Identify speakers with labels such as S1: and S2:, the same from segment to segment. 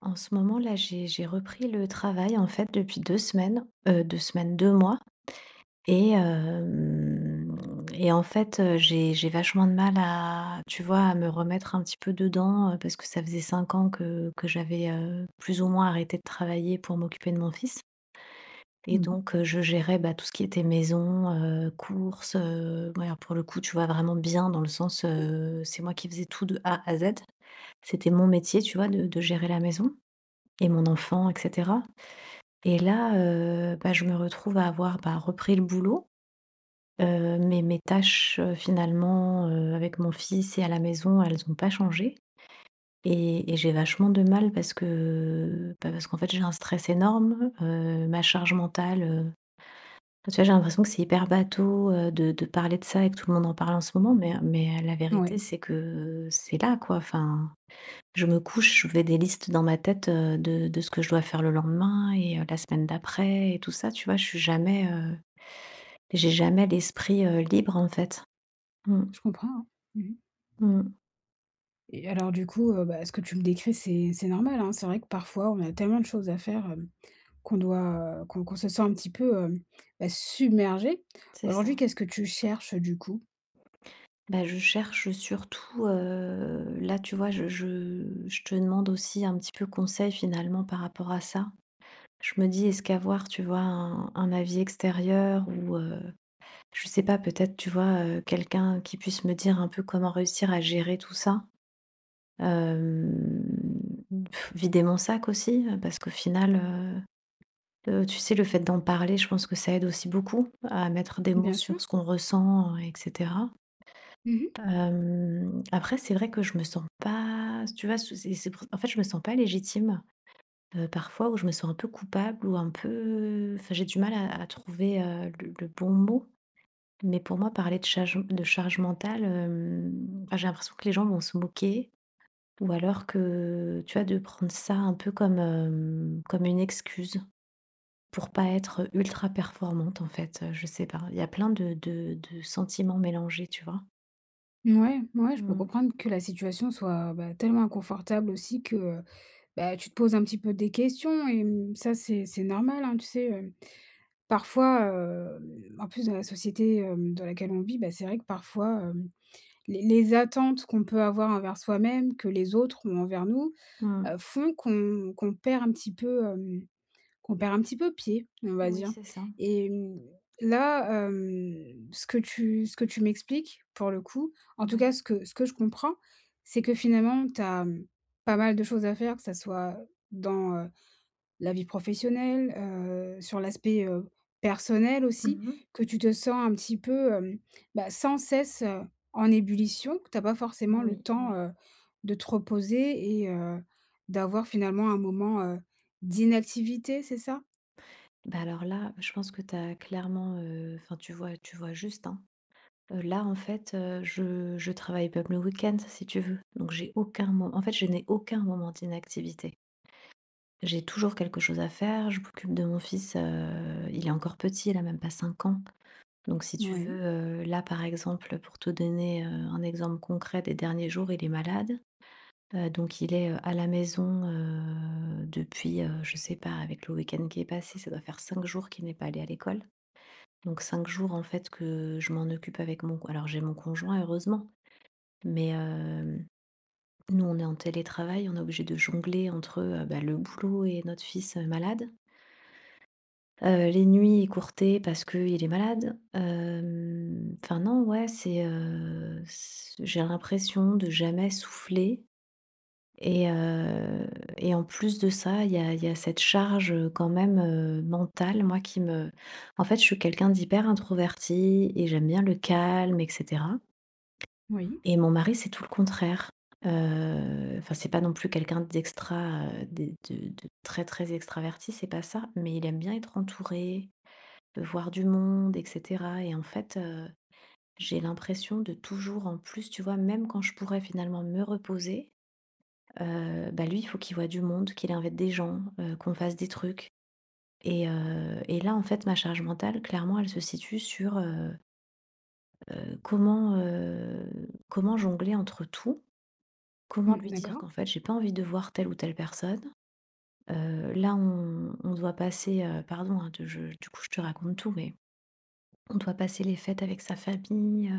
S1: En ce moment là, j'ai repris le travail en fait depuis 2 semaines, 2 semaines, 2 mois et hem et en fait, j'ai vachement de mal à, tu vois, à me remettre un petit peu dedans, parce que ça faisait 5 ans que j'avais, plus ou moins arrêté de travailler pour m'occuper de mon fils. Et
S2: Mmh mh.
S1: donc je gérais, bah, tout ce qui était maison, courses, ouais, alors pour le coup, tu vois, vraiment bien dans le sens, c'est moi qui faisais tout de A à Z. C'était mon métier, tu vois, de gérer la maison et mon enfant, et cetera. Et là, bah, je me retrouve à avoir, bah, repris le boulot, mais mes tâches, finalement, avec mon fils et à la maison, elles n'ont pas changé. Et j'ai vachement de mal parce que, bah, parce qu'en fait, j'ai un stress énorme, ma charge mentale, tu vois, j'ai l'impression que c'est hyper bateau, de parler de ça, et que tout le monde en parle en ce moment, mais la vérité,
S2: Ouais,
S1: c'est que c'est là, quoi, enfin, je me couche, je fais des listes dans ma tête, de ce que je dois faire le lendemain et la semaine d'après et tout ça, tu vois? Je suis jamais, j'ai jamais l'esprit, libre, en fait. Mmh.
S2: je comprends, hein. Mmh mh,
S1: Mmh.
S2: et alors du coup, bah, ce que tu me décris, c'est normal, hein. C'est vrai que parfois, on a tellement de choses à faire, qu'on doit, qu'on se sent un petit peu, bah, submergé.
S1: C'est
S2: Aujourd'hui,
S1: ça.
S2: qu'est-ce que tu cherches, du coup?
S1: Bah, je cherche surtout, là, tu vois, je te demande aussi un petit peu conseil, finalement, par rapport à ça. Je me dis: «Est-ce qu'avoir, tu vois, un avis extérieur ou je sais pas, peut-être, tu vois, quelqu'un qui puisse me dire un peu comment réussir à gérer tout ça?» Hem, Vider mon sac aussi, parce qu'au final, tu sais, le fait d'en parler, je pense que ça aide aussi beaucoup à mettre des mots
S2: Bien sûr.
S1: sur ce qu'on ressent, et cetera.
S2: Mmh mh.
S1: Après, c'est vrai que je me sens pas, tu vois, ce c'est pour en fait, je me sens pas légitime, parfois, ou je me sens un peu coupable ou un peu, enfin, j'ai du mal à trouver, le bon mot. Mais pour moi, parler de charge mentale, enfin, j'ai l'impression que les gens vont se moquer, ou alors que, tu vois, de prendre ça un peu comme, comme une excuse pour pas être ultra performante, en fait, je sais pas. Il y a plein de sentiments mélangés, tu vois?
S2: Mouais, mouais, je peux
S1: Mmh.
S2: comprendre que la situation soit, bah, tellement inconfortable aussi que, bah, tu te poses un petit peu des questions et mmh, ça, c'est normal, hein. Tu sais, parfois, en plus dans la société, dans laquelle on vit, bah, c'est vrai que parfois, hem les attentes qu'on peut avoir envers soi-même, que les autres ont envers nous,
S1: Mmh.
S2: font qu'on perd un petit peu, qu'on perd un petit peu pied, on va
S1: Oui,
S2: dire,
S1: c'est ça.
S2: et mmh, là, ce que tu m'expliques, pour le coup, en tout cas
S1: Ouais.
S2: ce que je comprends, c'est que finalement tu as, mmh, pas mal de choses à faire, que ça soit dans, la vie professionnelle, sur l'aspect, personnel aussi,
S1: Mmh.
S2: que tu te sens un petit peu, bah, sans cesse, en ébullition, que tu as pas forcément le
S1: Oui,
S2: temps,
S1: oui.
S2: de te reposer et d'avoir finalement un moment, d'inactivité, c'est ça?
S1: Bah, alors là, je pense que tu as clairement, enfin, tu vois juste, hein. Là, en fait, je travaille même le week-end, si tu veux, donc j'ai aucun mo en fait, je n'ai aucun moment d'inactivité. J'ai toujours quelque chose à faire. Je m'occupe de mon fils, il est encore petit, il a même pas 5 ans. Donc si tu
S2: Oui,
S1: veux, là, par exemple, pour te donner, un exemple concret des derniers jours, il est malade. Donc il est, à la maison, depuis, je sais pas, avec le week-end qui est passé, ça doit faire 5 jours qu'il n'est pas allé à l'école. Donc 5 jours, en fait, que je m'en occupe avec mon, j'ai mon conjoint, heureusement, mais, nous, on est en télétravail, on est obligé de jongler entre, bah, le boulot et notre fils, malade. Les nuits écourtées parce qu'il est malade. Enfin non, ouais, c'est, c j'ai l'impression de jamais souffler. Et et en plus de ça, il y a cette charge, quand même, mentale, moi, qui me, en fait, je suis quelqu'un d'hyper introverti et j'aime bien le calme, et cetera.
S2: oui,
S1: Et mon mari, c'est tout le contraire. Enfin, c'est pas non plus quelqu'un d'extra, d'é de très, très extraverti, c'est pas ça, mais il aime bien être entouré, de voir du monde, et cetera. Et en fait, j'ai l'impression de toujours, en plus, tu vois, même quand je pourrais finalement me reposer, bah, lui, il faut qu'il voit du monde, qu'il invite des gens, qu'on fasse des trucs. Et là, en fait, ma charge mentale, clairement, elle se situe sur, comment, comment jongler entre tout? Comment
S2: mmh,
S1: lui dire
S2: d'accord.
S1: qu'en fait, j'ai pas envie de voir telle ou telle personne? Là, on doit passer, pardon, hein, de je du coup, je te raconte tout, mais on doit passer les fêtes avec sa famille,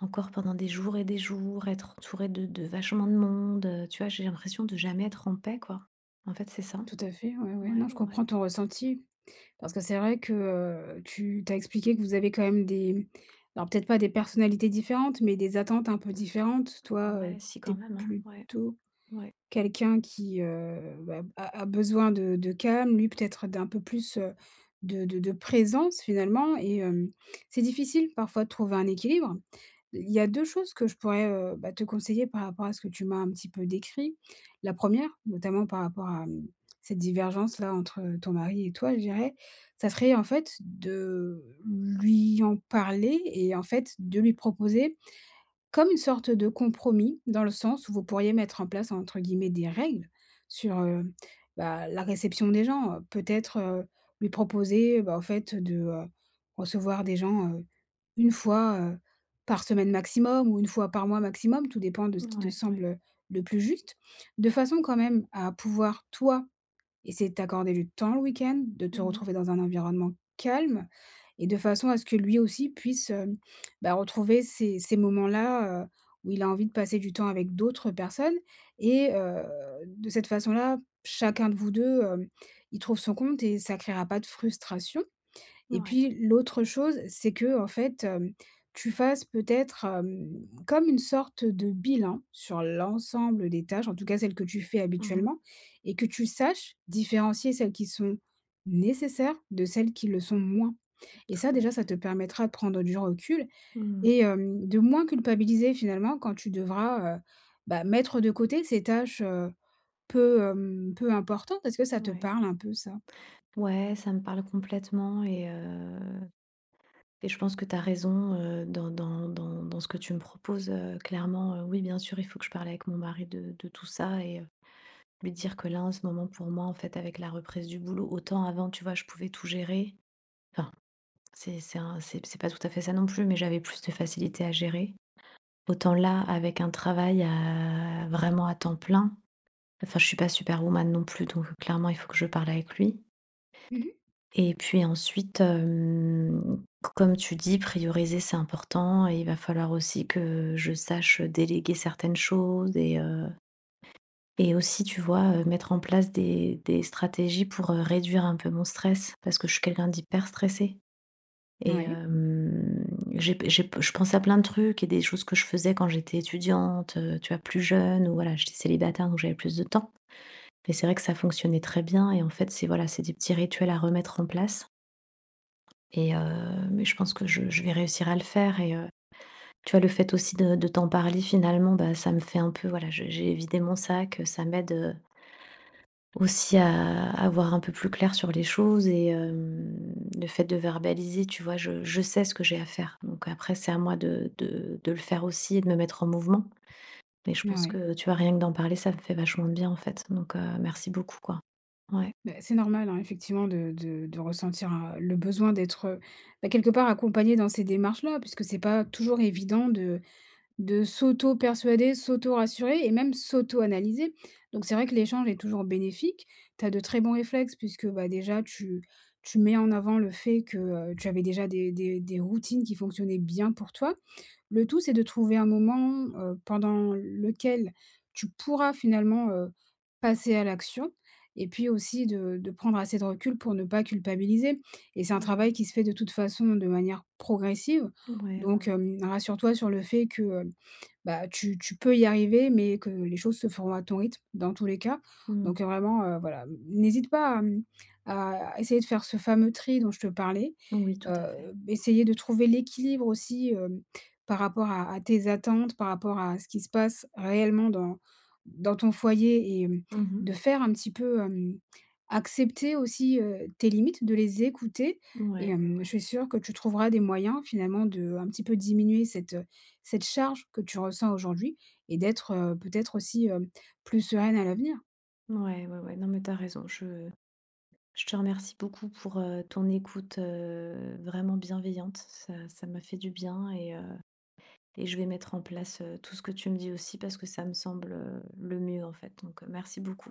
S1: encore pendant des jours et des jours, être entourée de vachement de monde, tu vois? J'ai l'impression de jamais être en paix, quoi. En fait, c'est ça.
S2: Tout à fait, ouais, ouais, non,
S1: Ouais,
S2: je
S1: ouais.
S2: comprends ton ressenti. Parce que c'est vrai que, tu t'as expliqué que vous avez quand même des, alors peut-être pas des personnalités différentes, mais des attentes un peu différentes. Toi,
S1: Ouais, si
S2: tu
S1: quand
S2: es
S1: même, hein. Ouais,
S2: plutôt
S1: ouais,
S2: quelqu'un qui, bah, a besoin de calme, lui peut-être d'un peu plus, de présence finalement, et c'est difficile parfois de trouver un équilibre. Il y a 2 choses que je pourrais, bah, te conseiller par rapport à ce que tu m'as un petit peu décrit. La première notamment par rapport à, mmh, cette divergence-là entre ton mari et toi, je dirais, ça serait en fait de lui en parler et en fait de lui proposer comme une sorte de compromis, dans le sens où vous pourriez mettre en place, entre guillemets, «des règles» sur, bah, la réception des gens. Peut-être, lui proposer, bah, au fait, de, recevoir des gens, 1 fois, par semaine maximum, ou une fois par mois maximum, tout dépend de ce qui te
S1: ouais, ouais.
S2: semble le plus juste. De façon quand même à pouvoir, toi, et c'est de t'accorder du temps le week-end, de te
S1: Mmh.
S2: retrouver dans un environnement calme, et de façon à ce que lui aussi puisse, bah, retrouver ces moments-là, où il a envie de passer du temps avec d'autres personnes, et de cette façon-là, chacun de vous 2 y trouve son compte et ça créera pas de frustration. Et
S1: Ouais.
S2: puis l'autre chose, c'est que en fait, tu fasses peut-être, comme une sorte de bilan sur l'ensemble des tâches, en tout cas celles que tu fais
S1: Mmh.
S2: habituellement, et que tu saches différencier celles qui sont nécessaires de celles qui le sont moins. Et
S1: Tout
S2: ça
S1: à
S2: déjà, ça
S1: fait.
S2: te permettra de prendre du recul,
S1: Mmh.
S2: et de moins culpabiliser finalement quand tu devras, bah, mettre de côté ces tâches, peu, peu importantes. Est-ce que ça te
S1: Ouais.
S2: parle un peu, ça?
S1: Ouais, ça me parle complètement, et je pense que tu as raison, dans ce que tu me proposes, clairement, oui, bien sûr, il faut que je parle avec mon mari de tout ça, et lui dire que là, en ce moment, pour moi, en fait, avec la reprise du boulot, autant avant, tu vois, je pouvais tout gérer. Enfin, c'est pas tout à fait ça non plus, mais j'avais plus de facilité à gérer. Autant là, avec un travail, vraiment à temps plein. Enfin, je suis pas superwoman non plus, donc clairement, il faut que je parle avec lui.
S2: Mmh mh.
S1: Et puis ensuite, comme tu dis, prioriser, c'est important. Et il va falloir aussi que je sache déléguer certaines choses, et aussi, tu vois, mettre en place des stratégies pour, réduire un peu mon stress, parce que je suis quelqu'un d'hyper stressé, et
S2: Oui,
S1: hem, j'ai je pense à plein de trucs et des choses que je faisais quand j'étais étudiante, tu vois, plus jeune, ou voilà, j'étais célibataire donc j'avais plus de temps. Mais c'est vrai que ça fonctionnait très bien, et en fait, c'est, voilà, c'est des petits rituels à remettre en place, mais je pense que je vais réussir à le faire, et tu vois, le fait aussi de t'en parler finalement, bah, ça me fait un peu, voilà, je j'ai vidé mon sac, ça m'aide, aussi à voir un peu plus clair sur les choses, et le fait de verbaliser, tu vois? Je sais ce que j'ai à faire, donc après c'est à moi de le faire aussi et de me mettre en mouvement. Mais je
S2: ah
S1: pense
S2: oui.
S1: que, tu vois, rien que d'en parler, ça me fait vachement de bien, en fait, donc merci beaucoup, quoi. Ouais.
S2: Bah, c'est normal, hein, effectivement de ressentir un le besoin d'être, bah, quelque part accompagné dans ces démarches-là, puisque c'est pas toujours évident de s'auto-persuader, s'auto-rassurer et même s'auto-analyser. Donc c'est vrai que l'échange est toujours bénéfique. Tu as de très bons réflexes puisque, bah, déjà tu mets en avant le fait que, tu avais déjà des routines qui fonctionnaient bien pour toi. Le tout, c'est de trouver un moment, pendant lequel tu pourras finalement, passer à l'action, et puis aussi de prendre assez de recul pour ne pas culpabiliser, et c'est un
S1: Mmh.
S2: travail qui se fait de toute façon de manière progressive.
S1: Ouais, ouais,
S2: Donc,
S1: ouais.
S2: rassure-toi sur le fait que, bah, tu peux y arriver, mais que les choses se feront à ton rythme dans tous les cas.
S1: Mmh.
S2: Donc, vraiment, voilà, n'hésite pas à, mmh, à essayer de faire ce fameux tri dont je te parlais,
S1: Oui, tout à fait.
S2: essayer de trouver l'équilibre aussi, par rapport à tes attentes, par rapport à ce qui se passe réellement dans ton foyer, et mmh,
S1: Mmh.
S2: de faire un petit peu, accepter aussi, tes limites, de les écouter, et
S1: Ouais, ouais,
S2: je
S1: ouais.
S2: suis sûre que tu trouveras des moyens finalement de un petit peu diminuer cette, cette charge que tu ressens aujourd'hui, et d'être, peut-être aussi, plus sereine à l'avenir.
S1: Ouais, ouais, ouais. Non, mais t'as raison. Je te remercie beaucoup pour, ton écoute, vraiment bienveillante. Ça m'a fait du bien, et je vais mettre en place, tout ce que tu me dis aussi parce que ça me semble, le mieux en fait, donc, merci beaucoup.